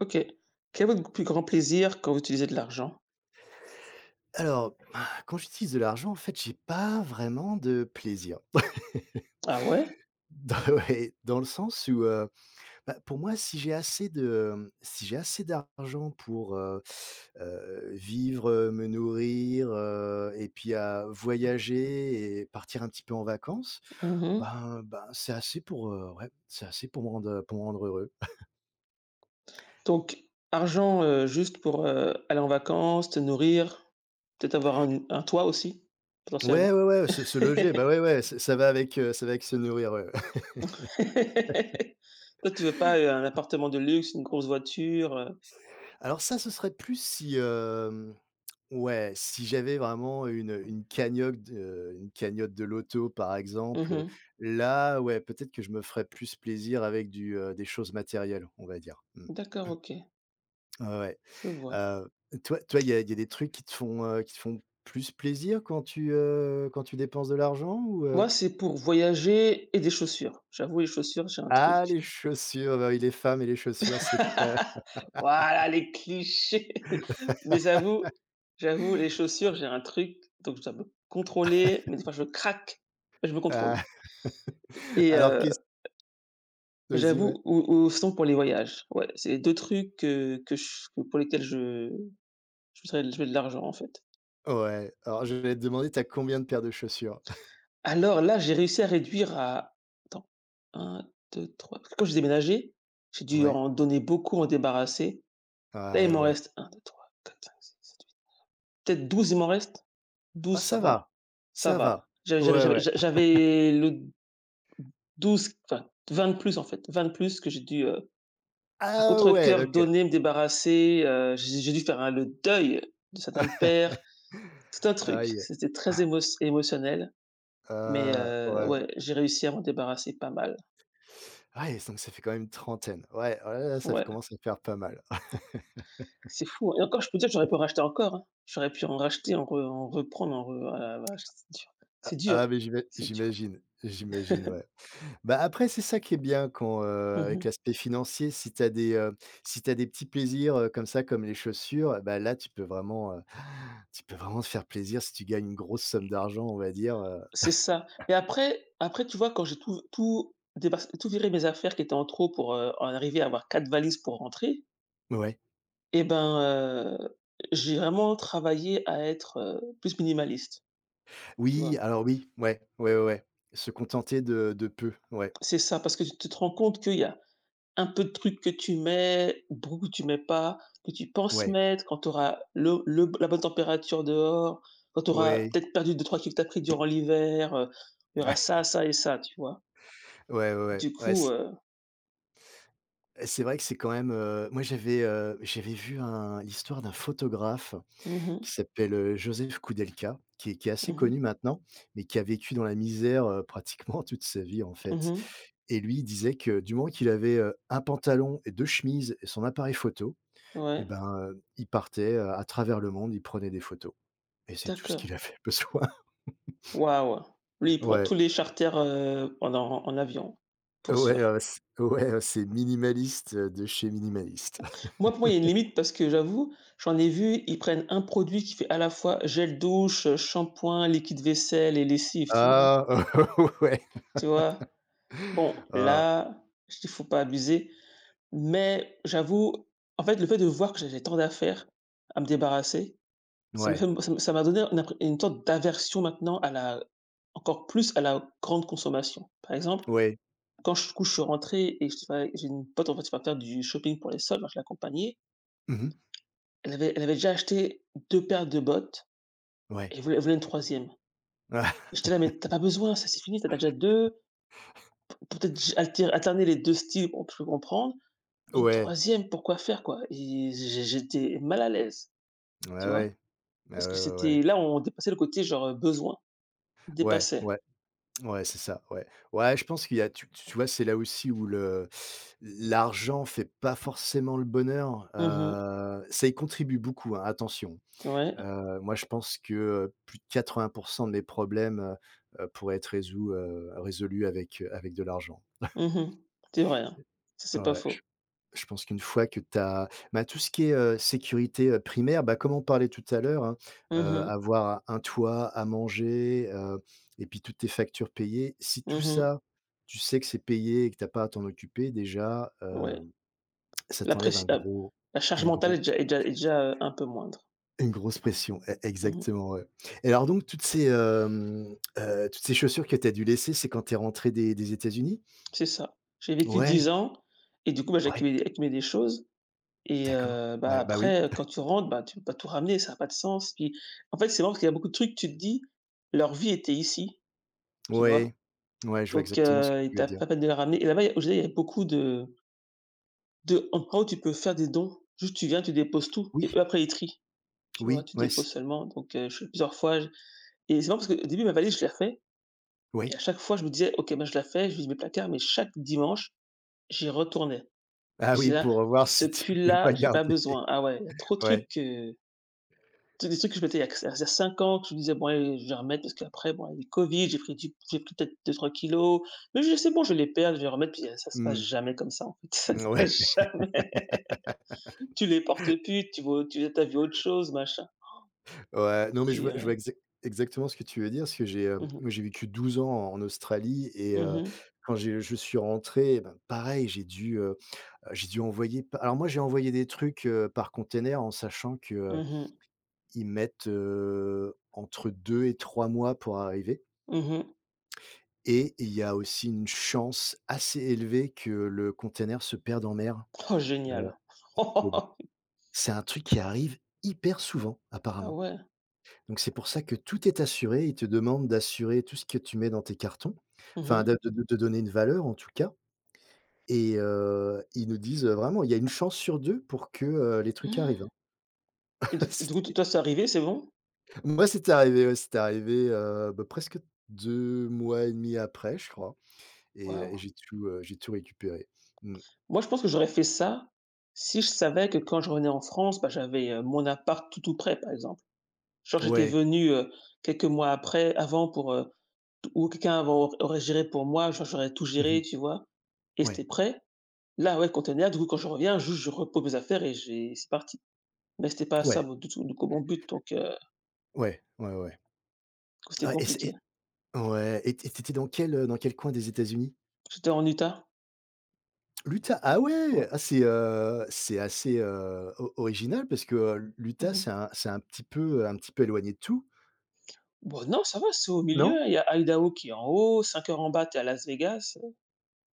OK. Quel est votre plus grand plaisir quand vous utilisez de l'argent? Alors, quand j'utilise de l'argent, en fait, j'ai pas vraiment de plaisir. Ah ouais? Dans ouais, dans le sens où, bah, pour moi, si j'ai assez d'argent pour, vivre, me nourrir, et puis, à voyager et partir un petit peu en vacances, Mmh. ben, c'est assez pour, ouais, c'est assez pour me rendre heureux. Donc argent, juste pour, aller en vacances, te nourrir, peut-être avoir un toit aussi, Ouais, potentiellement. ouais, ouais, se Toi, loger, bah, ouais, ouais, ç ça va avec, ça va avec se nourrir, ouais. tu veux pas, un appartement de luxe, une grosse voiture? Alors ça, ce serait plus si, ouais, si j'avais vraiment une cagnotte de loto, par exemple, Mmh. là, ouais, peut-être que je me ferais plus plaisir avec des choses matérielles, on va dire. Mmh. D'accord, OK, Ouais, ouais. je vois. Heu, toi, il y a des trucs qui te font plus plaisir quand tu dépenses de l'argent ou, Moi, heu? c'est pour voyager et des chaussures. J'avoue, les chaussures, j'ai un Ah, truc. les chaussures, bah oui, les femmes et les chaussures, c'est très Voilà les clichés. Mais j'avoue les chaussures, j'ai un truc, donc je dois me contrôler, mais des fois je craque, mais je me contrôle ah. et Alors, qu'est-ce que tu, ouais. j'avoue ou sinon pour les voyages. Ouais, c'est les 2 trucs, pour lesquels je voudrais serais de l'argent, en fait. Ouais, alors je vais te demander, t'as combien de paires de chaussures? Alors là, j'ai réussi à réduire à attends, 1, 2, 3 parce que quand j'ai déménagé, j'ai dû Ouais, en donner beaucoup, en débarrasser. Là, il ouais, ouais, m'en ouais. reste un, deux, trois, quatre, cinq, six, sept, huit, peut-être 12 il m'en reste. Ah, Douze, ça ça va, va, ça ça va. va. J'avais j'avais Ouais, j'avais ouais. j'a j'avais le 12, enfin 20 de plus en fait, 20 de plus que j'ai dû, à Ah ouais, contrecœur OK. donner, me débarrasser, j'ai dû faire un le deuil de certaines paires, tout un truc. Aïe, C'était très émotionnel, mais ouais. ouais, j'ai réussi à m'en débarrasser pas mal. Ouais, donc ça fait quand même une trentaine. Ouais, ouais, là ça f Ouais, commence à faire pas mal. c'est fou hein. Et encore, je peux dire que j'aurais pu en racheter encore, hein. J'aurais pu en racheter, en reprendre, en re ah la vache, c'est dur, c'est Ah, dur, mais j'ima c'est dur. j'imagine, j'imagine, ouais. Bah, après, c'est ça qui est bien quand, Mmh avec mh. l'aspect financier, si t'as des petits plaisirs, comme ça, comme les chaussures, bah, là, tu peux vraiment, tu peux vraiment te faire plaisir si tu gagnes une grosse somme d'argent, on va dire. C'est ça. Mais après tu vois, quand j'ai tout viré mes affaires qui étaient en trop pour, en arriver à avoir 4 valises pour rentrer Ouais. et ben, heu, j'ai vraiment travaillé à être, plus minimaliste, tu Oui, vois? alors oui, ouais, ouais, ouais, ouais. Se contenter de peu, ouais, C'est ça, parce que tu te rends compte qu'il y a un peu de trucs que tu mets, beaucoup que tu mets pas, que tu penses ouais, mettre quand tu auras le la bonne température dehors, quand tu auras ouais, peut-être perdu deux trois kilos que tu as pris durant l'hiver, il y aura ça, ça et ça, tu vois? ouais, ouais, ouais, Du ouais, coup, c c'est vrai que c'est quand même, moi j'avais vu un l'histoire d'un photographe mmh mh. qui s'appelle, Joseph Koudelka, qui est assez Mmh. connu maintenant, mais qui a vécu dans la misère, pratiquement toute sa vie, en fait. Mmh. Et lui, il disait que du moment qu'il avait, un pantalon et 2 chemises et son appareil photo et Ouais, ben, il partait, à travers le monde, il prenait des photos et c'est tout ce d'accord. qu'il avait besoin. Waouh! Lui, il prend Ouais, tous les charters, en avion, pour ouais, sûr. C ouais, c'est minimaliste, de chez minimaliste. Moi, pour moi, il y a une limite parce que j'avoue, j'en ai vu, ils prennent un produit qui fait à la fois gel douche, shampoing, liquide vaisselle et lessive, tu vois? Ah, ouais. Tu vois? Bon, Ah, là, il «Faut pas abuser», mais j'avoue, en fait, le fait de voir que j'avais tant d'affaires à me débarrasser, ça m'a fait ouais, ça m'a donné une sorte d'aversion maintenant à la encore plus à la grande consommation. Par exemple, ouais. Quand je du coup, je suis rentré et je dis: «Ouais» j'ai une pote en fait qui va faire du shopping pour les soldes, alors je l'accompagnais. Mmh mh. Elle avait déjà acheté 2 paires de bottes Ouais. et elle voulait une troisième. E J'étais là: «Mais t'as pas besoin, ça c'est fini, t'as en déjà deux. Peut-être j alter alterner les 2 styles, on peut comprendre. Mais une Ouais, troisième, pourquoi faire quoi?» Et j'étais mal à l'aise, ouais, tu vois? ouais. Ouais, Parce que ouais, ouais, c'était ouais. là, on dépassait le côté genre, besoin, Ouais, dépassait. ouais, ouais, c'est ça, ouais. Ouais, je pense qu'il y a tu tu vois, c'est là aussi où le l'argent fait pas forcément le bonheur, Mmh. Ça y contribue beaucoup, hein, attention. Ouais. Moi, je pense que, plus de 80 de mes problèmes, pourraient être résolus avec de l'argent. Mmh. C'est vrai, hein. Ça, c'est pas Ouais, je faux. je pense qu'une fois que tu as, bah, tout ce qui est, sécurité, primaire, bah, comme on parlait tout à l'heure, hein, Mmh mh. avoir un toit, à manger, et puis toutes tes factures payées. Si tout Mmh. ça, tu sais que c'est payé et que tu as pas à t'en occuper déjà, Ouais. Ça La t'enlève pressi un heu, gros, la charge un mentale gros est déjà, un peu moindre. Une grosse pression, e Mmh. exactement, ouais. Et alors, donc, toutes ces chaussures que tu as dû laisser, c'est quand tu es rentré des États-Unis? C'est ça. J'ai vécu Ouais, 10 ans et du coup, bah, j'ai ouais, accumulé accumulé des choses et d'accord. Bah, Ouais, bah, oui. après, quand tu rentres, bah, tu peux pas tout ramener, ça a pas de sens. Puis, en fait, c'est marrant parce qu'il y a beaucoup de trucs, tu te dis: «Leur vie était ici», tu vois? Ouais. Ouais, je vois Donc exactement ce que et tu tu veux dire. pas peine de les ramener et là-bas, il y a au Chili, il y a beaucoup de endroits où tu peux faire des dons. Juste, tu viens, tu déposes tout et Oui, eux, après, ils trient, tu vois? oui, Tu ouais, déposes c seulement donc je plusieurs fois, j et c'est marrant parce qu'au début, ma valise, je l'ai refait. Et ouais. à chaque fois, je me disais: «OK, ben je la fais», je vide mes placards, mais chaque dimanche, j'y retournais. Ah oui, Je là pour voir Ce si tu pouvais pull-là, pas j'ai pas garder. besoin. Ah ouais, il y a trop de Ouais. trucs que» tu des trucs que je mettais il y a que ça faisait 5 ans que je me disais: «Bon allez, je vais remettre» parce qu'après, bon, il y avec le covid, j'ai pris peut-être deux trois kilos mais je sais bon, je vais les perdre, je vais remettre» puis ça se passe Mmh. jamais comme ça, en fait, ça se Ouais. passe jamais. Tu les portes plus, tu vois tu as vu autre chose, machin. Ouais, non, mais je vois Purée. exactement ce que tu veux dire, parce que j'ai, hem, Mmh mh. moi, j'ai vécu 12 ans en Australie et, Mmh mh. quand j'ai je suis rentré, eh ben, pareil, j'ai dû envoyer alors moi j'ai envoyé des trucs, par container en sachant que, Mmh. ils mettent, entre 2 et 3 mois pour arriver Mmh. et il y a aussi une chance assez élevée que le container se perde en mer. Oh Heu, génial. c'est un truc qui arrive hyper souvent Ah apparemment. ouais. Donc, c'est pour ça que tout est assuré. Ils te demandent d'assurer tout ce que tu mets dans tes cartons, enfin, Mmh. de donner une valeur en tout cas, et ils nous disent, vraiment, il y a une chance sur 2 pour que, les trucs arrivent, hein. Et du coup, toi, c'est arrivé, c'est bon? Moi, c'était arrivé, ouais, c'était arrivé, bah, presque 2 mois et demi après, je crois, et Waouh! et j'ai j'ai tout récupéré. Mmh. Moi, je pense que j'aurais fait ça si je savais que quand je revenais en France, bah, j'avais, mon appart tout, tout prêt, par exemple. Genre, j'étais Ouais. venu, quelques mois après avant pour, ou quelqu'un avant aurait géré pour moi, genre, j'aurais tout géré, Mmh. tu vois? Et Ouais. c'était prêt. Là, ouais, le container, du coup, quand je reviens, juste je repose mes affaires et j'ai c'est parti. Mais c'était pas Ouais. ça mon du tout du coup mon but, donc Ouais. Ouais, ouais, ouais. c'était Ah et c'est compliqué. et ouais et tu dans quel, dans quel coin des États-Unis? J'étais en Utah, L'Utah? Ah ouais! ouais. Ah, c'est assez, o original parce que, l'Utah, Mmh. C'est un petit peu éloigné de tout, Bon, non, ça va, c'est au non? milieu, hein, il y a Idaho qui est en haut, 5 heures en bas, tu es à Las Vegas.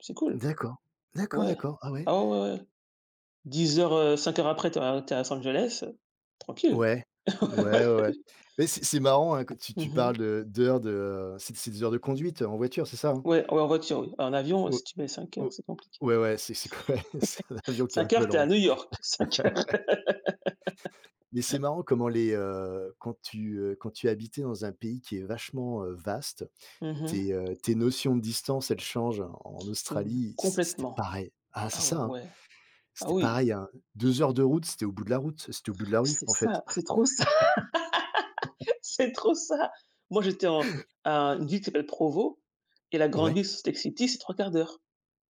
C'est cool, D'accord. D'accord, ouais. d'accord. Ah ouais. Ah ouais, ouais, ouais. 10 h, 5 heures après, tu es à Los Angeles, tranquille. Ouais, Ouais, ouais, ouais, ouais. ouais. Mais c'est marrant, hein, que tu Mmh mh. parles de d'heures de, c'est des heures de conduite, en voiture, c'est ça, hein? Ouais, ouais, en voiture, oui. En avion, O si tu mets cinq o heures, c'est compliqué. ouais, ouais, c'est quoi c'est un avion qui est un cinq peu heures, tu es à lent. New York, 5 heures. Mais c'est marrant comment quand quand tu as, dans un pays qui est vachement, vaste, Mmh mh. tes notions de distance, elles changent. En Mmh, Australie, c'était complètement. pareil. Ah, c'est Ah ça, hein, ouais, ah c'était oui, pareil, hein. 2 heures de route, c'était au bout de la route, c'était au bout de la rue, c'est en fait. ça, c'est trop ça, c'est trop ça. Moi, j'étais en à une ville qui s'appelle Provo et la grande Ouais, ville, Salt Lake City, c'est trois quarts d'heure.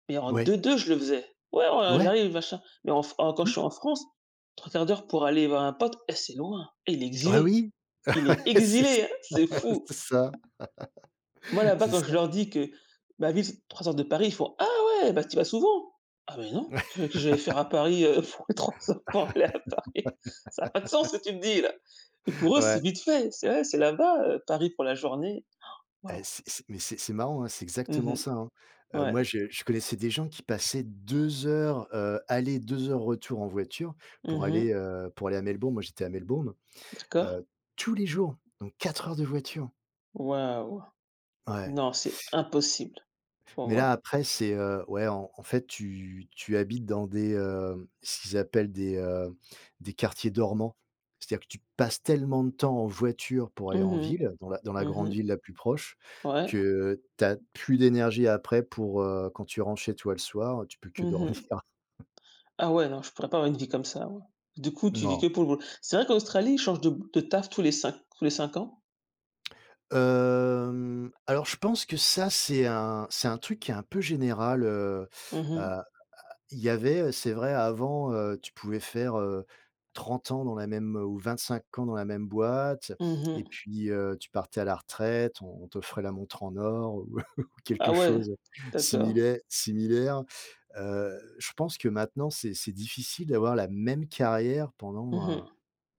Mais en ouais, 2-2, je le faisais. «Ouais, ouais, ouais, j'arrive, machin». Mais en F en quand je mmh, suis en France, trois quarts d'heure pour aller voir un pote, eh, c'est loin. Eh, il est ouais, exilé. oui, Il ouais, est c'est exilé, hein, ça, c'est fou. c'est ça. Moi, là-bas, C'est quand ça, je leur dis que ma ville, c'est 3 heures de Paris, ils font: «Ah ouais, bah, tu y vas souvent?» «Ah mais non, qu'est-ce que j'allais faire à Paris, pour les 3 heures pour aller à Paris?» Ça a pas de sens ce que tu me dis, là. Et pour eux, c'est ouais. vite fait. C'est ouais, c'est là-bas, Paris pour la journée. Waouh. Ah, c'est mais c'est marrant, hein, c'est Mmh exactement mh. ça, hein. Ouais. Moi, je connaissais des gens qui passaient 2 heures, aller, 2 heures retour en voiture pour Mmh mh. aller, heu, pour aller à Melbourne. Moi, j'étais à Melbourne, D'accord. heu, tous les jours, donc 4 heures de voiture. Waouh. Ouais. Non, c'est impossible pour Mais là, moi. après, c'est, ouais, en fait, tu habites ce qu'ils appellent des quartiers dormants. C'est-à-dire que tu passes tellement de temps en voiture pour aller Mmh en mh. ville, dans la Mmh grande mh. ville la plus proche, Ouais. que tu as plus d'énergie après pour, quand tu rentres chez toi le soir, tu peux que Mmh dormir. mh. Ah ouais, non, je pourrais pas avoir une vie comme ça, ouais. Du coup, tu vis que Non. pour le boulot. C'est vrai qu'en Australie, ils changent de taf tous les cinq ans? Alors, je pense que ça, c'est un truc qui est un peu général, Mmh heu mh. Il y avait, c'est vrai avant, tu pouvais faire, 30 ans dans la même, ou 25 ans dans la même boîte, Mmh mh. et puis, tu partais à la retraite, on t'offrait la montre en or ou ou quelque Ah ouais, chose d'accord. similaire. Je pense que maintenant, c'est difficile d'avoir la même carrière Mmh mh.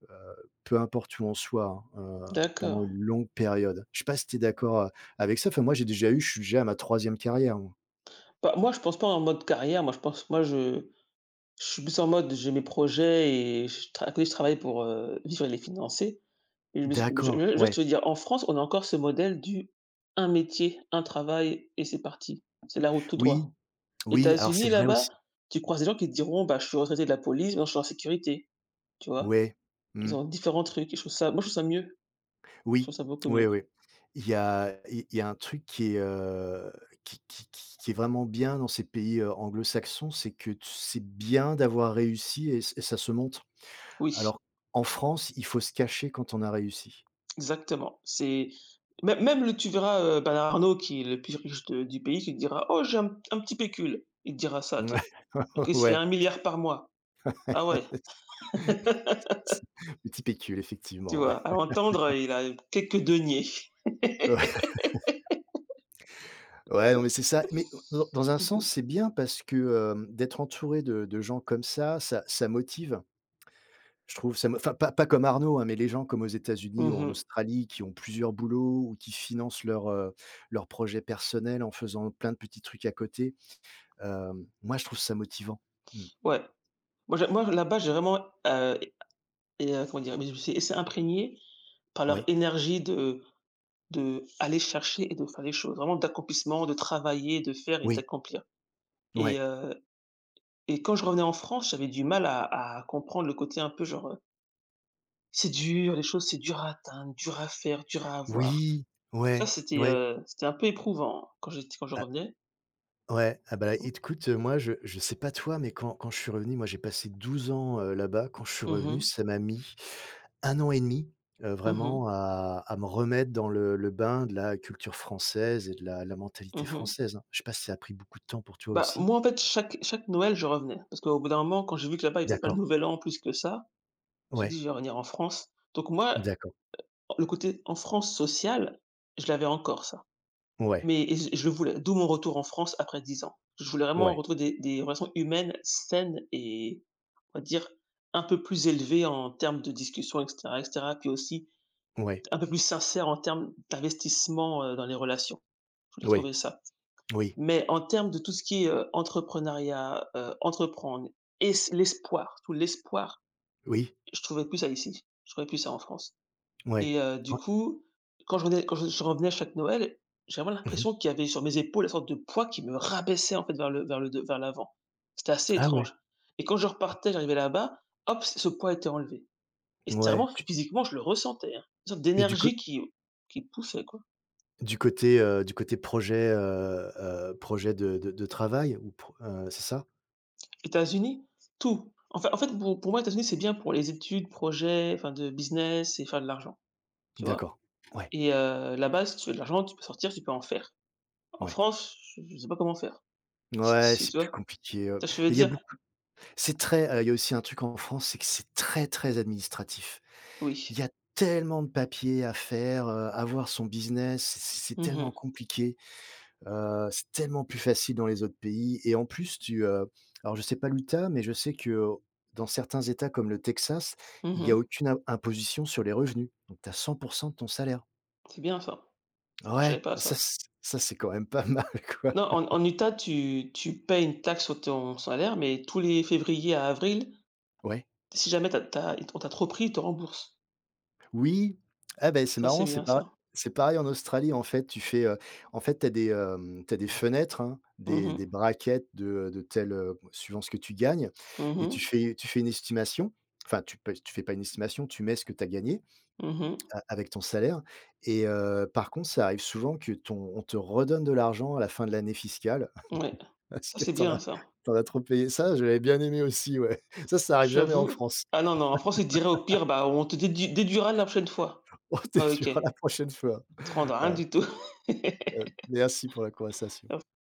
heu, peu importe où on soit, hein, D'accord. pendant une longue période. Je sais pas si tu es d'accord, avec ça? Enfin, moi, j'ai déjà eu je suis déjà à ma troisième carrière, moi. Bah, moi, je pense pas en mode carrière, moi, je pense moi, je suis plus en mode j'ai mes projets et je tra à côté, je travaille pour, vivre et les financer et je me suis D'accord, je juste ouais. te dire, en France, on a encore ce modèle du un métier, un travail et c'est parti. C'est la route tout Oui, droit. oui, alors c'est États-Unis vrai là-bas, aussi. tu croises des gens qui te diront: «Bah, je suis retraité de la police, maintenant je suis en sécurité», tu vois? Ouais. Ils Mmh. ont différents trucs et je trouve ça mieux, je Oui. trouve ça beaucoup Oui, mieux. oui. Il y a un truc qui est vraiment bien dans ces pays, anglo-saxons, c'est que tu c'est bien d'avoir réussi et ç et ça se montre. Oui, Alors, en France, il faut se cacher quand on a réussi. exactement, c'est même même le tu verras, Bernard Arnault qui est le plus riche de du pays qui te dira: «Oh j'ai un petit pécule», il te dira ça, tu vois? Donc Ouais, il se fait ouais, un milliard par mois. Ah ouais, petit pécule, tu effectivement, ouais. vois? À l'entendre, il a quelques deniers. Ouais, ouais, non, mais c'est ça. Mais dans un sens, c'est bien parce que, d'être entouré de gens comme ça, ça motive. Je trouve ça me enfin, pas comme Arnaud, hein, mais les gens comme aux États-Unis Mmh ou mh. en Mmh mh. Australie qui ont plusieurs boulots ou qui financent leur projet personnel en faisant plein de petits trucs à côté. Moi, je trouve ça motivant. Mmh. Ouais. Moi là-bas j'ai vraiment, heu et comment dire? Mais je me suis laissé imprégner par leur Oui, énergie de aller chercher et de faire les choses, vraiment d'accomplissement, de travailler, de faire et oui, d'accomplir et ouais. heu et quand je revenais en France, j'avais du mal à comprendre le côté un peu genre, c'est dur, les choses, c'est dur à atteindre, dur à faire, dur à avoir. Oui, Ça, ouais, c'était, ouais. C'était un peu éprouvant quand je Ah, revenais. ouais. Ah, bah, Mmh. écoute, moi, je sais pas toi, mais quand je suis revenu, moi, j'ai passé 12 ans, là-bas. Quand je suis Mmh mh. revenu, ça m'a mis un an et demi 2 Mmh. vraiment à me remettre dans le bain de la culture française et de la mentalité Mmh. française, hein. Je sais pas si ça a pris beaucoup de temps pour toi Bah, aussi? moi, en fait, chaque Noël, je revenais parce qu'au bout d'un moment, quand j'ai vu que là-bas, ils faisaient pas le D'accord, nouvel an plus que ça, j'ai dit: ouais, «Je vais revenir en France». Donc moi, d'accord, le côté en France social je l'avais encore ça. ouais, Mais et je le voulais, d'où mon retour en France après 10 ans. Je voulais vraiment ouais, retrouver des relations humaines saines et on va dire un peu plus élevées en termes de discussion et cetera, puis aussi ouais, un peu plus sincères en termes d'investissement, dans les relations. Je voulais ouais, retrouver ça. oui, Mais en termes de tout ce qui est, entrepreneuriat, entreprendre et s l'espoir, tout l'espoir, oui, je trouvais plus ça ici. Je trouvais plus ça en France. ouais. Et du Ouais. coup, quand je revenais à chaque Noël, j'avais vraiment Mmh. l'impression qu'il y avait sur mes épaules une sorte de poids qui me rabaissait, en fait, vers le de vers l'avant. C'était assez Ah ouais, étrange. Et quand je repartais, j'arrivais là-bas, hop, c ce poids était enlevé. Et c'était vraiment ouais, tu physiquement, je le ressentais, hein, une sorte mais d'énergie qui poussait, quoi. Du côté projet, projet de travail ou pro c'est ça? États-Unis, tout. Pour moi, États-Unis, c'est bien pour les études, projets, enfin de business et faire de l'argent, tu vois? D'accord. Ouais, Et là-bas, si tu veux de l'argent, tu peux sortir, tu peux en faire. En ouais. France, je sais pas comment faire. Si Ouais, si c'est tu plus vois? compliqué, Je veux il y a dire? beaucoup il y a aussi un truc en France, c'est que c'est très, très administratif. Oui. Il y a tellement de papiers à faire, avoir son business, c'est Mmh tellement mh. compliqué. C'est tellement plus facile dans les autres pays, et en plus alors je sais pas l'Utah, mais je sais que, dans certains États comme le Texas, il y a Mmh. aucune im imposition sur les revenus. Donc tu as 100 de ton salaire. C'est bien ça. Je Ouais, savais pas ça ça. c ça c'est quand même pas mal, quoi. Non, en Utah, tu payes une taxe sur ton salaire, mais tous les février à avril, Ouais. si jamais t'as t'as on t'a trop pris, ils te remboursent. Oui, ah ben, c'est Ça, c'est marrant, c'est bien pare ça. c'est pareil en Australie, en fait, tu fais, en fait, t'as des, hem, tu des fenêtres, hein, Mmh des mh. des brackets de, suivant ce que tu gagnes, et tu Mmh. fais tu fais une estimation, enfin, tu fais pas une estimation, tu mets ce que tu as gagné Mmh. a avec ton salaire, et par contre, ça arrive souvent que ton on te redonne de l'argent à la fin de l'année fiscale Ouais. parce Ça, que c'est t'en bien as ça. t'en as trop payé. Ça, je l'avais bien aimé aussi, ouais. Ça arrive jamais en J'avoue. France. Ah non, non, en France, ils te diraient au pire: «Bah, on te déduira la prochaine fois». On te le Ah OK. dira la prochaine fois. Tu te rendras rien Heu du tout. Merci pour la conversation.